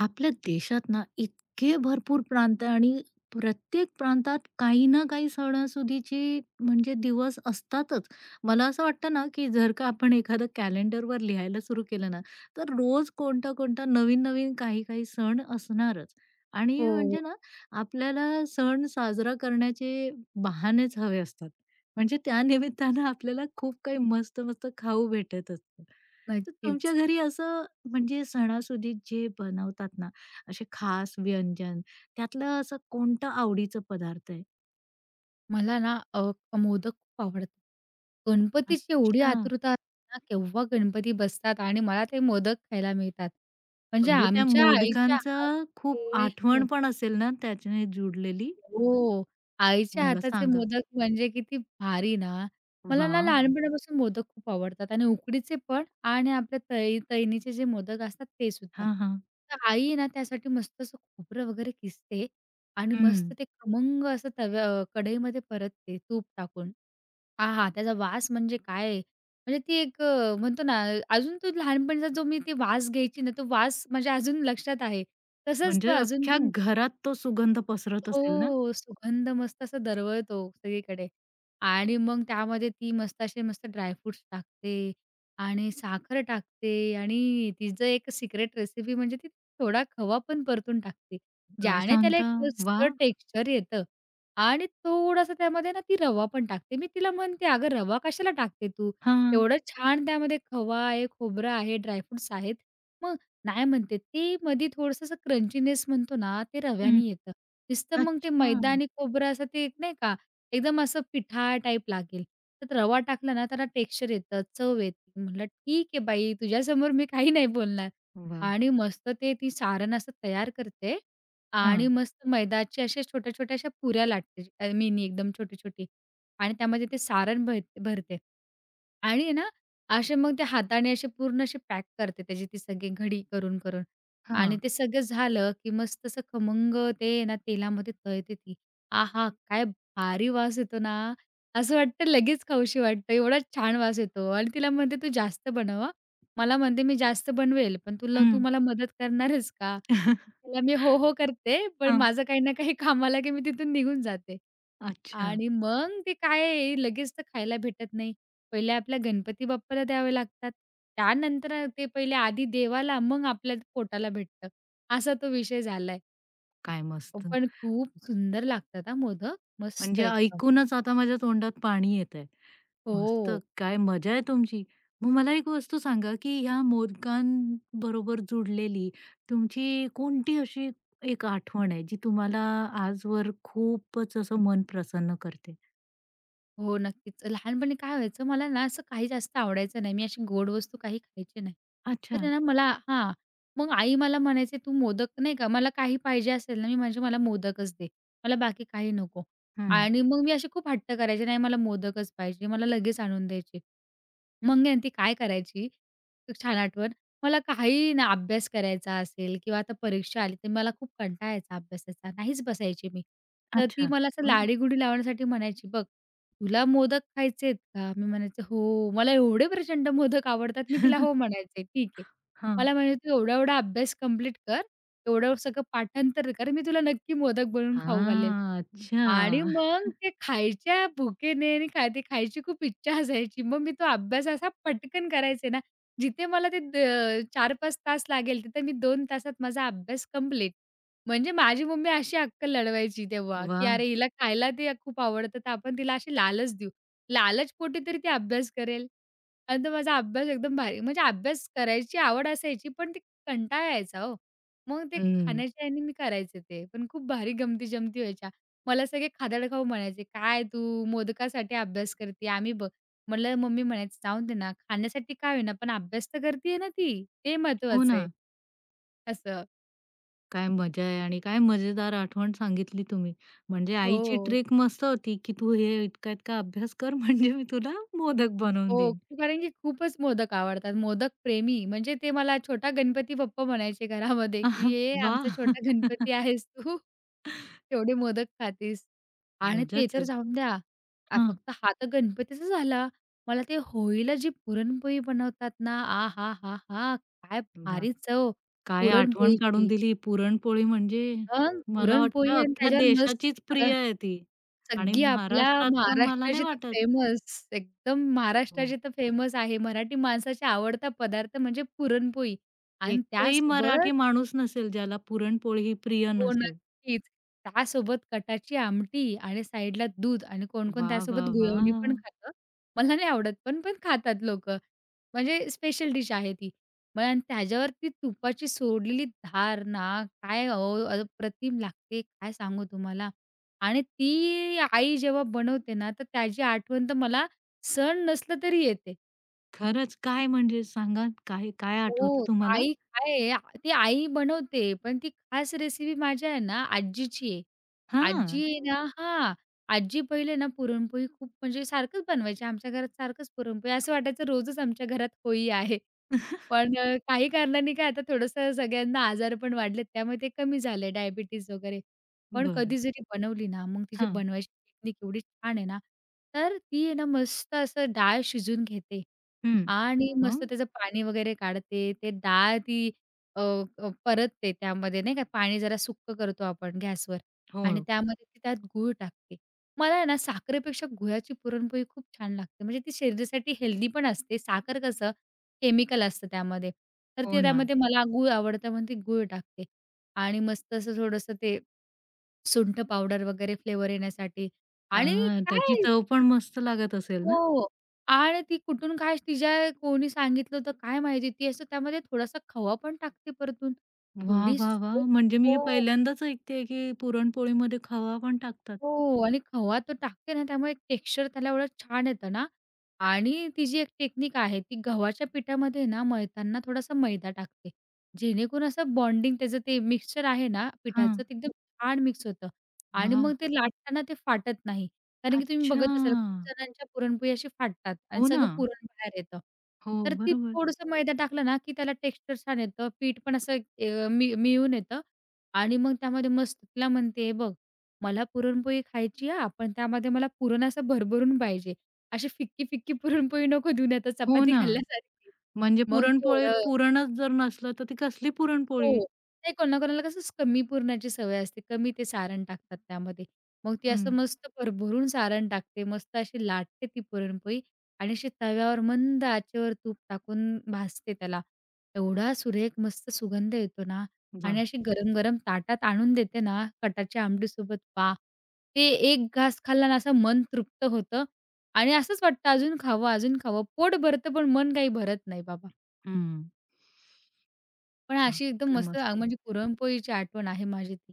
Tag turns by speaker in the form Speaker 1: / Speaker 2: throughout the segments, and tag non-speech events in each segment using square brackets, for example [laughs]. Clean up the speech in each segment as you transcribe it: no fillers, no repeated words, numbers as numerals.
Speaker 1: आपल्या देशात ना इतके भरपूर प्रांत आहे आणि प्रत्येक प्रांतात काही ना काही सणासुदीचे म्हणजे दिवस असतातच. मला असं वाटतं ना, की जर का आपण एखादं कॅलेंडरवर लिहायला सुरू केलं ना, तर रोज कोणता-कोणता नवीन-नवीन काही-काही सण असणारच.
Speaker 2: हो,
Speaker 1: आणि म्हणजे
Speaker 2: हो.
Speaker 1: ना, आपल्याला सण साजरा करण्याचे बहानेच हवे असतात. म्हणजे त्या निमित्तानं आपल्याला खूप काही मस्त-मस्त खाऊ भेटत असतं. तर तुमच्या
Speaker 2: नक्कीच.
Speaker 1: घरी असं म्हणजे सणासुदीत जे बनवतात ना, असे खास व्यंजन, त्यातलं असं कोणतं आवडीचं पदार्थ आहे?
Speaker 2: मला ना मोदक खूप आवडतात. गणपतीची एवढी
Speaker 1: अच्छा,
Speaker 2: आतुरता असते ना, केव्हा गणपती बसतात आणि मला ते मोदक खायला मिळतात. म्हणजे
Speaker 1: म्हणजे त्या
Speaker 2: आमच्या आईच्या
Speaker 1: मोदकांचं खूप
Speaker 2: हातचे
Speaker 1: आठवण पण असेल ना त्याच्याने जुडलेली?
Speaker 2: हो. आईच्या
Speaker 1: मला
Speaker 2: हाताचे
Speaker 1: सांगा.
Speaker 2: मोदक म्हणजे किती भारी ना. मला ना
Speaker 1: वाह!
Speaker 2: लहानपणापासून मोदक खूप आवडतात आणि उकडीचे पण आणि आपल्या तळी तळणीचे जे मोदक असतात ते सुद्धा.
Speaker 1: हां, हां.
Speaker 2: तर आई आहे ना त्यासाठी मस्त असं खोबरं वगैरे किसते आणि मस्त
Speaker 1: हं.
Speaker 2: ते खमंग असं तव्या कढईमध्ये परतते तूप टाकून. आहा! त्याचा वास म्हणजे काय म्हणजे ती एक म्हणतो ना अजून तो लहानपणीचा जो मी ती वास घ्यायची ना तो वास माझ्या अजून लक्षात आहे. तसाच तो
Speaker 1: म्हणजे
Speaker 2: अजून
Speaker 1: अख्ख्या
Speaker 2: पण
Speaker 1: घरात तो सुगंध पसरत असेल ना?
Speaker 2: हो, सुगंध मस्त असा दरवळतो सगळीकडे आणि मग त्यामध्ये ती मस्त असे मस्त ड्रायफ्रुट्स टाकते आणि साखर टाकते आणि तिचं एक सिक्रेट रेसिपी म्हणजे ती थोडा खवा पण परतून टाकते.
Speaker 1: काय
Speaker 2: ज्याने त्याला एक
Speaker 1: सांगता?
Speaker 2: मस्त
Speaker 1: वाह!
Speaker 2: टेक्स्चर येतं आणि थोडासा त्यामध्ये ना ती रवा पण टाकते. मी तिला म्हणते, "अगं रवा कशाला टाकते तू?
Speaker 1: हां.
Speaker 2: एवढं छान त्यामध्ये खवा आहे, खोबरं आहे, ड्रायफ्रुट्स आहेत." मग नाही म्हणते, "ते मध्ये थोडंसं असं क्रंचीनेस म्हणतो ना, ते
Speaker 1: हं.
Speaker 2: रव्याने येतं." नुसतं मग ते
Speaker 1: अच्छा.
Speaker 2: मैदा आणि खोबरं असं ते एक नाही का, एकदम असं पिठा टाईप लागेल. त्यात रवा टाकला ना त्याला टेक्स्चर येतं, चव येते. म्हटलं, "ठीक आहे बाई, तुझ्यासमोर मी काही नाही बोलणार."
Speaker 1: वाह!
Speaker 2: आणि मस्त ते ती सारण असं तयार करते आणि
Speaker 1: हां,
Speaker 2: मस्त मैदाची अशा छोट्या-छोट्या अशा पुऱ्या लाटते, मिनी एकदम छोटी-छोटी आणि त्यामध्ये ते सारण भरते आणि आहे ना, असे मग ते हाताने असे पूर्ण असे पॅक करते त्याची ती सगळी घडी करून-करून. आणि
Speaker 1: हां.
Speaker 2: ते सगळं झालं, की मस्त असं खमंग ते आहे ना तेलामध्ये तळते ती. आहा! काय भारी वास येतो ना, असं वाटतं लगेच खाऊशी वाटतं, एवढा छान वास येतो. आणि तिला म्हणते, "तू जास्त बनव हां." मला म्हणते, "मी जास्त बनवेल, पण तुला तू
Speaker 1: हं.
Speaker 2: मला मदत करणारच का?"
Speaker 1: हां. [laughs]
Speaker 2: तिला मी हो, हो करते, पण माझं काही ना काही काम आलं, की मी तिथून निघून जाते.
Speaker 1: अच्छा.
Speaker 2: आणि मग ते काय लगेच तर खायला भेटत नाही. पहिले आपल्या गणपती बाप्पाला द्यावे लागतात. त्यानंतर ते पहिले आधी देवाला, मग आपल्या पोटाला भेटतं. असा तो विषय झालाय.
Speaker 1: काय मस्त.
Speaker 2: पण खूप सुंदर लागतात हां मोदक. मस्त
Speaker 1: म्हणजे
Speaker 2: एकदम.
Speaker 1: ऐकूनच आता माझ्या तोंडात पाणी येतंय. मस्त
Speaker 2: हो.
Speaker 1: काय मजा आहे तुमची. मग मला एक वस्तू सांगा, की ह्या मोदकांबरोबर जुडलेली तुमची कोणती अशी एक आठवण आहे, जी तुम्हाला आजवर खूपच असं मन प्रसन्न करते?
Speaker 2: हो, नक्कीच. लहानपणी काय व्हायचं, मला ना असं काही जास्त आवडायचं नाही. मी अशी गोड वस्तू काही खायची नाही. तर
Speaker 1: अच्छा.
Speaker 2: ना मला हां, मग आई मला म्हणायची, "तू मोदक" नाही का, मला काही पाहिजे असेल ना, मी म्हणजे "मला मोदकच दे, मला बाकी काही नको."
Speaker 1: हं.
Speaker 2: आणि मग मी अशी खूप हट्ट करायचे, "नाही, मला मोदकच पाहिजे." मला लगेच आणून द्यायची. मग आहे ना, ती काय करायची, एक छान आठवण, मला काही ना अभ्यास करायचा असेल किंवा आता परीक्षा आली, तर मला खूप कंटाळा अभ्यासाचा, नाहीच बसायची मी. तर ती
Speaker 1: अच्छा.
Speaker 2: मला असं
Speaker 1: मग?
Speaker 2: लाडीगोडी लावण्यासाठी म्हणायची, "बघ, तुला मोदक खायचेत का? मी म्हणायचे, "हो." मला एवढे प्रचंड मोदक आवडतात, मी तिला हो
Speaker 1: [laughs]
Speaker 2: म्हणायचे. ठीक आहे.
Speaker 1: हां.
Speaker 2: मला म्हणायचे, "तू एवढा-एवढा अभ्यास कंप्लीट कर, एवढं सगळं पाठांतर कर, मी तुला नक्की मोदक बनवून खाऊ घालेल."
Speaker 1: हां.
Speaker 2: आणि
Speaker 1: अच्छा.
Speaker 2: मग ते खायच्या भुकेने आणि ते खायची खूप इच्छा असायची. मग मी तो अभ्यास असा पटकन करायचे ना, जिथे मला ते द 4-5 तास लागेल, तिथे मी 2 तासात माझा अभ्यास कंप्लीट. म्हणजे माझी मम्मी अशी अक्कल लढवायची तेव्हा, की
Speaker 1: वाह!
Speaker 2: "अरे, हिला खायला ते खूप आवडतं, तर आपण तिला अशी लालच देऊ. लालच पोटी तरी ती अभ्यास करेल." आणि तो माझा अभ्यास एकदम भारी म्हणजे अभ्यास करायची आवड असायची, पण ते कंटाळा यायचा हो. मग ते
Speaker 1: हं.
Speaker 2: खाण्याच्या ह्याने मी करायचे ते. पण खूप भारी गमती-जमती व्हायच्या. मला सगळे खादाडखाऊ म्हणायचे, "काय तू मोदकासाठी अभ्यास करते?" आम्ही बघ म्हटलं मम्मी म्हणायची, "जाऊन दे ना, खाण्यासाठी काय होईना, पण अभ्यास तर करतीये ना ती, ते
Speaker 1: हो
Speaker 2: महत्वाचं
Speaker 1: ना.
Speaker 2: आहे." असं.
Speaker 1: काय मजा आहे आणि काय मजेदार आठवण सांगितली तुम्ही. म्हणजे आईची
Speaker 2: हो.
Speaker 1: ट्रिक मस्त होती, की "तू हे इतका-इतका अभ्यास कर [laughs] म्हणजे मी तुला मोदक बनवून
Speaker 2: हो,
Speaker 1: देईन."
Speaker 2: कारण की खूपच मोदक आवडतात. मोदक प्रेमी म्हणजे ते मला छोटा गणपती बाप्पा म्हणायचे घरामध्ये, की "ये आमचा
Speaker 1: वाह!
Speaker 2: छोटा गणपती
Speaker 1: [laughs]
Speaker 2: आहेस तू. एवढे मोदक खातीस." आणि ते
Speaker 1: मजाच
Speaker 2: तर
Speaker 1: आहे.
Speaker 2: जाऊन द्या.
Speaker 1: हां.
Speaker 2: फक्त हा तर गणपतीचा झाला. मला ते होळीला जी पुरणपोळी बनवतात ना, आहाहाहा! काय
Speaker 1: वाह!
Speaker 2: भारी चव
Speaker 1: काय आठवण काढून
Speaker 2: पुरणपोळीची.
Speaker 1: दिली. पुरणपोळी म्हणजे
Speaker 2: मग
Speaker 1: मला वाटतं
Speaker 2: पुरणपोळी आणि
Speaker 1: अख्ख्या
Speaker 2: त्याच्यावर
Speaker 1: देशाचीच
Speaker 2: मस्त
Speaker 1: प्रिय आहे ती आणि
Speaker 2: सगळी आपल्या
Speaker 1: महाराष्ट्रात तर मला नाही
Speaker 2: महाराष्ट्राची तर
Speaker 1: वाटत
Speaker 2: फेमस, एकदम
Speaker 1: हो.
Speaker 2: महाराष्ट्राची तर फेमस आहे. मराठी माणसाचा आवडता पदार्थ म्हणजे पुरणपोळी आणि
Speaker 1: एकही
Speaker 2: त्यासोबत
Speaker 1: मराठी माणूस नसेल ज्याला पुरणपोळी ही प्रिय
Speaker 2: हो,
Speaker 1: नसेल.
Speaker 2: नक्कीच. त्यासोबत कटाची आमटी आणि साईडला दूध आणि कोण-कोण
Speaker 1: वाह,
Speaker 2: त्यासोबत
Speaker 1: वाह,
Speaker 2: गुळवणी पण
Speaker 1: वाह!
Speaker 2: खातं. मला नाही आवडत पण, पण खातात लोकं. म्हणजे स्पेशल डिश आहे ती. मग आणि त्याच्यावरती तुपाची सोडलेली धार ना, काय अहो अप्रतिम लागते, काय सांगू तुम्हाला. आणि ती आई जेव्हा बनवते ना, तर त्याची आठवण तर मला सण नसलं तरी येते.
Speaker 1: खरंच, काय म्हणजे सांगा, काय काय आठवतं
Speaker 2: हो.
Speaker 1: तुम्हाला?
Speaker 2: आई काय आहे, ती आई बनवते, पण ती खास रेसिपी माझ्या आहे ना आजीची आहे. आजी
Speaker 1: हां,
Speaker 2: आहे ना हां. आजी पहिले ना पुरणपोळी खूप म्हणजे सारखंच बनवायची. आमच्या घरात सारखंच पुरणपोळी. असं वाटायचं रोजच आमच्या घरात होळी आहे. पण काही कारणांनी काय आता थोडंसं सगळ्यांना आजार पण वाढलेत, त्यामुळे ते कमी झालंय डायबिटीज वगैरे. पण
Speaker 1: बरं.
Speaker 2: कधी जरी बनवली ना, मग तिची
Speaker 1: हां,
Speaker 2: बनवायची टेक्निक एवढी छान आहे ना, तर ती आहे ना मस्त असं डाळ शिजून घेते
Speaker 1: हं.
Speaker 2: आणि
Speaker 1: मग?
Speaker 2: मस्त त्याचं पाणी वगैरे काढते. ते डाळ ती अ, अ, परतते त्यामध्ये नाही का, पाणी जरा सुक्कं करतो आपण गॅसवर आणि
Speaker 1: हो,
Speaker 2: त्यामध्ये त्यात गूळ टाकते. मला आहे ना साखरेपेक्षा गुळाची पुरणपोळी खूप छान लागते. म्हणजे ती शरीरासाठी हेल्दी पण असते. साखर कसं केमिकल असतं त्यामध्ये. तर
Speaker 1: हो
Speaker 2: ते
Speaker 1: ना.
Speaker 2: त्यामध्ये मला गूळ आवडतं म्हणून ते गूळ टाकते आणि मस्त असं थोडंसं ते सुंठ पावडर वगैरे फ्लेवर येण्यासाठी आणि
Speaker 1: हां, त्याची
Speaker 2: काय
Speaker 1: चव पण मस्त लागत असेल ना?
Speaker 2: हो. आणि ती कुठून काय तिच्या कोणी सांगितलं होतं काय माहिती, ती असं त्यामध्ये थोडासा खवा पण टाकते परतून.
Speaker 1: वाह,
Speaker 2: एवढी
Speaker 1: वाह,
Speaker 2: सुरेख
Speaker 1: वाह! म्हणजे मी हे
Speaker 2: हो.
Speaker 1: पहिल्यांदाच ऐकतेय, की पुरणपोळीमध्ये खवा पण टाकतात.
Speaker 2: हो आणि खवा तो टाकते ना, त्यामुळे टेक्स्चर त्याला एवढं छान येतं ना आणि ती जी एक टेक्निक आहे, ती गव्हाच्या पिठामध्ये ना मळताना थोडासा मैदा टाकते. जेणेकरून असं बॉन्डिंग त्याचं ते मिक्सचर आहे ना पिठाचं,
Speaker 1: हां,
Speaker 2: ते एकदम छान मिक्स होतं आणि
Speaker 1: वाह!
Speaker 2: मग ते लाटताना ते फाटत नाही. कारण की तुम्ही
Speaker 1: अच्छा.
Speaker 2: बघत असाल खूप जणांच्या पुरणपोळी अशी फाटतात आणि
Speaker 1: हो ना.
Speaker 2: सगळं पुरण बाहेर येतं.
Speaker 1: हो,
Speaker 2: तर ती
Speaker 1: बरोबर.
Speaker 2: थोडंसं मैदा टाकलं ना, की त्याला टेक्स्चर छान येतं. पीठ पण असं अ, मी मिळून येतं आणि मग त्यामध्ये मस्त तुला म्हणते बघ मला पुरणपोळी खायची आहे, पण त्यामध्ये मला पुरण असं भरभरून पाहिजे. अशी फिक्की-फिक्की पुरणपोळी नको देऊ, नाहीतर
Speaker 1: हो
Speaker 2: चपाती
Speaker 1: ना.
Speaker 2: खाल्ल्यासारखी.
Speaker 1: म्हणजे
Speaker 2: मग ती ओढ
Speaker 1: पुरणपोळीत पुरणच जर नसलं, तर ती कसली
Speaker 2: हो.
Speaker 1: पुरणपोळी?
Speaker 2: नाही कोणाकोणाला कसं कमी पुरणाची सवय असते. कमी ते सारण टाकतात त्यामध्ये. मग ती असं
Speaker 1: हं.
Speaker 2: मस्त भरभरून सारण टाकते. मस्त अशी लाटते ती पुरणपोळी आणि अशी तव्यावर मंद आचेवर तूप टाकून भाजते त्याला. एवढा सुरेख मस्त सुगंध येतो ना आणि
Speaker 1: वाह!
Speaker 2: अशी गरम-गरम ताटात आणून देते ना कटाच्या आमटीसोबत वाह! ते एक घास खाल्ला ना असं मन तृप्त होतं आणि असंच वाटतं अजून खावं, अजून खावं. पोट भरतं पण मन काही भरत नाही बाबा.
Speaker 1: हं.
Speaker 2: पण
Speaker 1: वाह!
Speaker 2: अशी एकदम
Speaker 1: काय
Speaker 2: मस्त
Speaker 1: मस्त.
Speaker 2: म्हणजे पुरणपोळीची आठवण आहे माझी ती.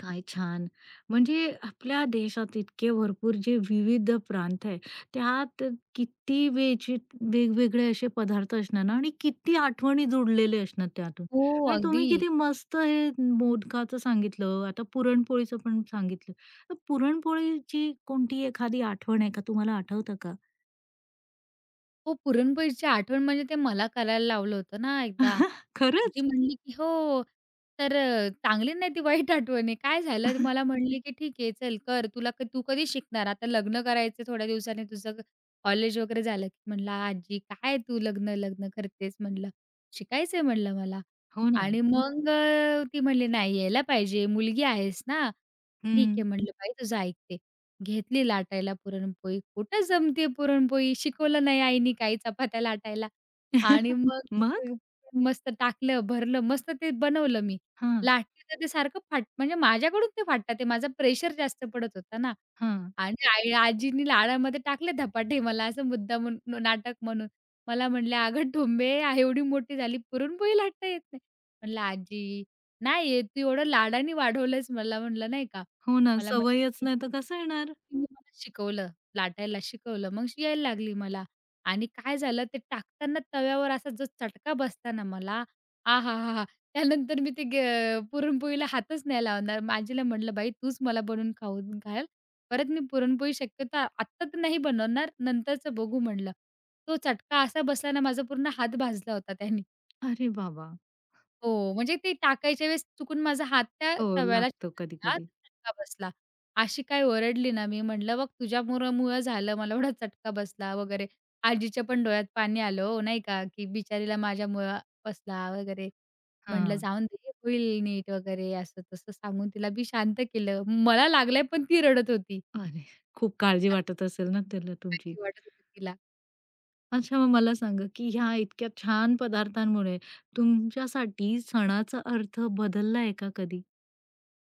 Speaker 1: काय छान! म्हणजे आपल्या देशात इतके भरपूर जे विविध प्रांत आहे, त्यात किती वेगवेगळे असे पदार्थ असणार ना आणि किती आठवणी जुडलेले असणार त्यातून.
Speaker 2: हो,
Speaker 1: आणि तुम्ही
Speaker 2: अगदी.
Speaker 1: किती मस्त हे मोदकाचं सांगितलं, आता पुरणपोळीचं पण सांगितलं. तर पुरणपोळीची कोणती एखादी आठवण आहे का? तुम्हाला आठवतं का?
Speaker 2: हो, पुरणपोळीची आठवण म्हणजे ते मला करायला लावलं होतं ना एकदा.
Speaker 1: [laughs]
Speaker 2: आजी
Speaker 1: खरंच?
Speaker 2: म्हणली, की "हो, तर चांगली नाही ती वाईट आठवण आहे. काय झालं?" मला म्हणली, की "ठीक आहे, चल कर. तुला क तू कधी शिकणार? आता लग्न करायचं थोड्या दिवसांनी तुझं कॉलेज वगैरे झालं." की. म्हणलं, "आजी, काय तू लग्न, लग्न करतेस?" म्हणलं. "शिकायचंय," म्हणलं, "मला."
Speaker 1: हो ना.
Speaker 2: आणि मग ती म्हणली, "नाही, यायला पाहिजे. मुलगी आहेस ना." "ठीक आहे,"
Speaker 1: हं.
Speaker 2: म्हणलं, "बाई तुझं ऐकते." घेतली लाटायला पुरणपोळी. कुठं जमते पुरणपोळी, शिकवलं नाही आईनी काही चपात्या लाटायला. आणि मग
Speaker 1: [laughs] मग?
Speaker 2: ते मस्त टाकलं, भरलं, मस्त ते बनवलं मी.
Speaker 1: हां,
Speaker 2: लाटलं तर ते सारखं फाट म्हणजे माझ्याकडून ते फाटतात ते माझा प्रेशर जास्त पडत होता ना.
Speaker 1: हां.
Speaker 2: आणि आई आजीनी लाडामध्ये टाकले धपाटे मला असं मुद्दामून नाटक म्हणून. मला म्हणल्या, "अगं ठुंबे, एवढी मोठी झाली पुरणपोळी लाटता येत नाही." म्हणलं, "आजी नाही येत, तू एवढं लाडाने वाढवलंस मला." म्हणलं नाही का.
Speaker 1: हो ना.
Speaker 2: मला म्हणली
Speaker 1: सवयच नाही तर कसं येणार?
Speaker 2: तिने मला शिकवलं, लाटायला शिकवलं. मग शी यायला लागली मला आणि काय झालं ते टाकताना तव्यावर असा जो चटका बसला ना मला, आहाहाहा! त्यानंतर मी ते ग पुरणपोळीला हातच नाही लावणार. मग आजीला म्हटलं, "बाई तूच मला बनवून खाऊन घाल. परत मी पुरणपोळी शक्यतो आत्ता तर नाही बनवणार, नंतरचं बघू" म्हटलं. तो चटका असा बसला ना माझा पूर्ण हात भाजला होता त्याने.
Speaker 1: अरे बाबा!
Speaker 2: हो, म्हणजे ते टाकायच्या वेळेस चुकून माझा हात त्या
Speaker 1: हो,
Speaker 2: तव्याला
Speaker 1: लागतो
Speaker 2: चिटकला,
Speaker 1: कधी-कधी.
Speaker 2: चटका बसला. अशी काय ओरडली ना मी, म्हटलं "बघ तुझ्यामुळं मुळं झालं, मला एवढा चटका बसला" वगैरे. आजीच्या पण डोळ्यात पाणी आलं हो, नाही का, की बिचारीला माझ्यामुळं बसला वगैरे. म्हटलं
Speaker 1: हां.
Speaker 2: "जाऊन दे, होईल नीट" वगैरे असं-तसं सांगून तिला मी शांत केलं. मला लागलंय पण ती रडत होती.
Speaker 1: अरे! खूप काळजी
Speaker 2: असं.
Speaker 1: वाटत असेल ना त्याला तुमची.
Speaker 2: काळजी वाटत होती तिला.
Speaker 1: अच्छा मग मला सांगा, की ह्या इतक्या छान पदार्थांमुळे तुमच्यासाठी सणाचा अर्थ बदलला आहे का कधी?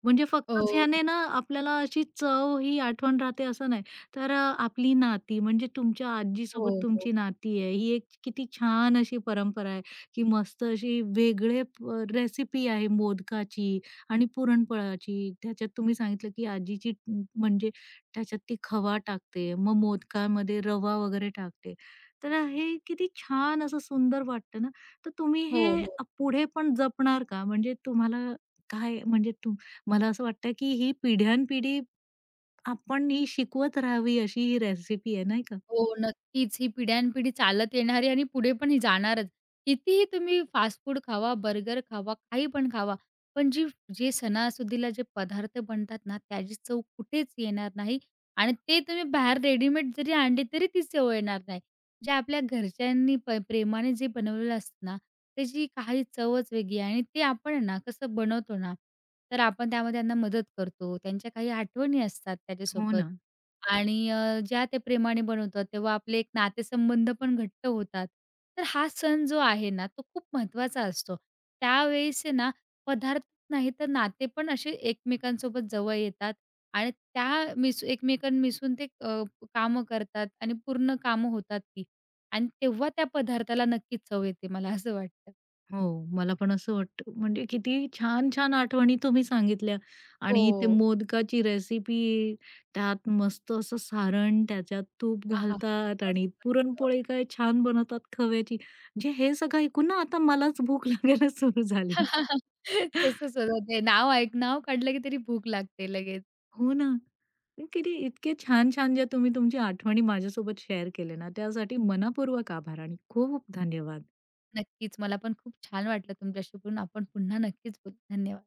Speaker 1: म्हणजे
Speaker 2: हो,
Speaker 1: फक्तच ह्याने ना आपल्याला अशी चव ही आठवण राहते असं नाही, तर आपली नाती म्हणजे तुमच्या
Speaker 2: हो,
Speaker 1: आजीसोबत
Speaker 2: हो.
Speaker 1: तुमची नाती आहे, ही एक किती छान अशी परंपरा आहे, की मस्त अशी वेगळे रेसिपी आहे मोदकाची आणि पुरणपोळ्याची. त्याच्यात तुम्ही सांगितलं, की म्हणजे त्याच्यात ती खवा टाकते, मग मोदकामध्ये रवा वगैरे टाकते. तर हे किती छान असं सुंदर वाटतं ना, तर तुम्ही
Speaker 2: हो,
Speaker 1: हे
Speaker 2: हो.
Speaker 1: पुढे पण जपणार का? म्हणजे तुम्हाला काय म्हणजे तुम मला असं वाटतं की ही पिढ्यानपिढी आपण ही शिकवत राहावी अशी ही रेसिपी आहे नाही का?
Speaker 2: हो, नक्कीच. ही पिढ्यानपिढी चालत येणारी आणि पुढे पण ही जाणारच. कितीही तुम्ही फास्ट फूड खावा, बर्गर खावा, काही पण खावा, पण जी जे सणासुदीला जे पदार्थ बनतात ना, त्याची चव कुठेच येणार नाही आणि ते तुम्ही बाहेर रेडीमेड जरी आणले, तरी ती चव येणार नाही. जे आपल्या घरच्यांनी प्रेमाने जे बनवलेलं असतं ना, त्याची काही चवच वेगळी आहे आणि ते आपण आहे ना, कसं बनवतो ना, तर आपण त्यामध्ये त्यांना मदत करतो. त्यांच्या काही आठवणी असतात
Speaker 1: हो
Speaker 2: त्याच्यासोबत.
Speaker 1: ना.
Speaker 2: आणि ज्या ते प्रेमाने बनवतात, तेव्हा आपले एक नातेसंबंध पण घट्ट होतात. तर हा सण जो आहे ना, तो खूप महत्त्वाचा असतो. त्यावेळेस आहे ना, पदार्थ नाही तर नाते पण असे एकमेकांसोबत जवळ येतात आणि त्या मिसू एकमेकां मिसून कामं करतात आणि पूर्ण कामं होतात ती आणि तेव्हा त्या पदार्थाला नक्कीच चव येते, मला असं वाटतं.
Speaker 1: हो. मला पण असं वाटतं. म्हणजे किती छान-छान आठवणी तुम्ही सांगितल्या आणि ते
Speaker 2: हो.
Speaker 1: मोदकाची रेसिपी, त्यात मस्त असं सारण, त्याच्यात तूप
Speaker 2: आहाहा!
Speaker 1: घालतात आणि
Speaker 2: मस्त एकदम.
Speaker 1: पुरणपोळी काय छान बनवतात खव्याची. म्हणजे हे सगळं ऐकून ना आता मलाच भूक [laughs] लागायला सुरू झाली.
Speaker 2: [laughs] तसंच होतं ते नाव काढलं की तरी भूक लागते लगेच.
Speaker 1: हो ना. किती इतके छान-छान ज्या तुम्ही तुमची आठवणी माझ्यासोबत शेअर केल्या ना, त्यासाठी मनःपूर्वक आभार आणि खूप धन्यवाद.
Speaker 2: नक्कीच. मला पण खूप छान वाटलं तुमच्याशी बोलून. आपण पुन्हा नक्कीच बोलू. धन्यवाद.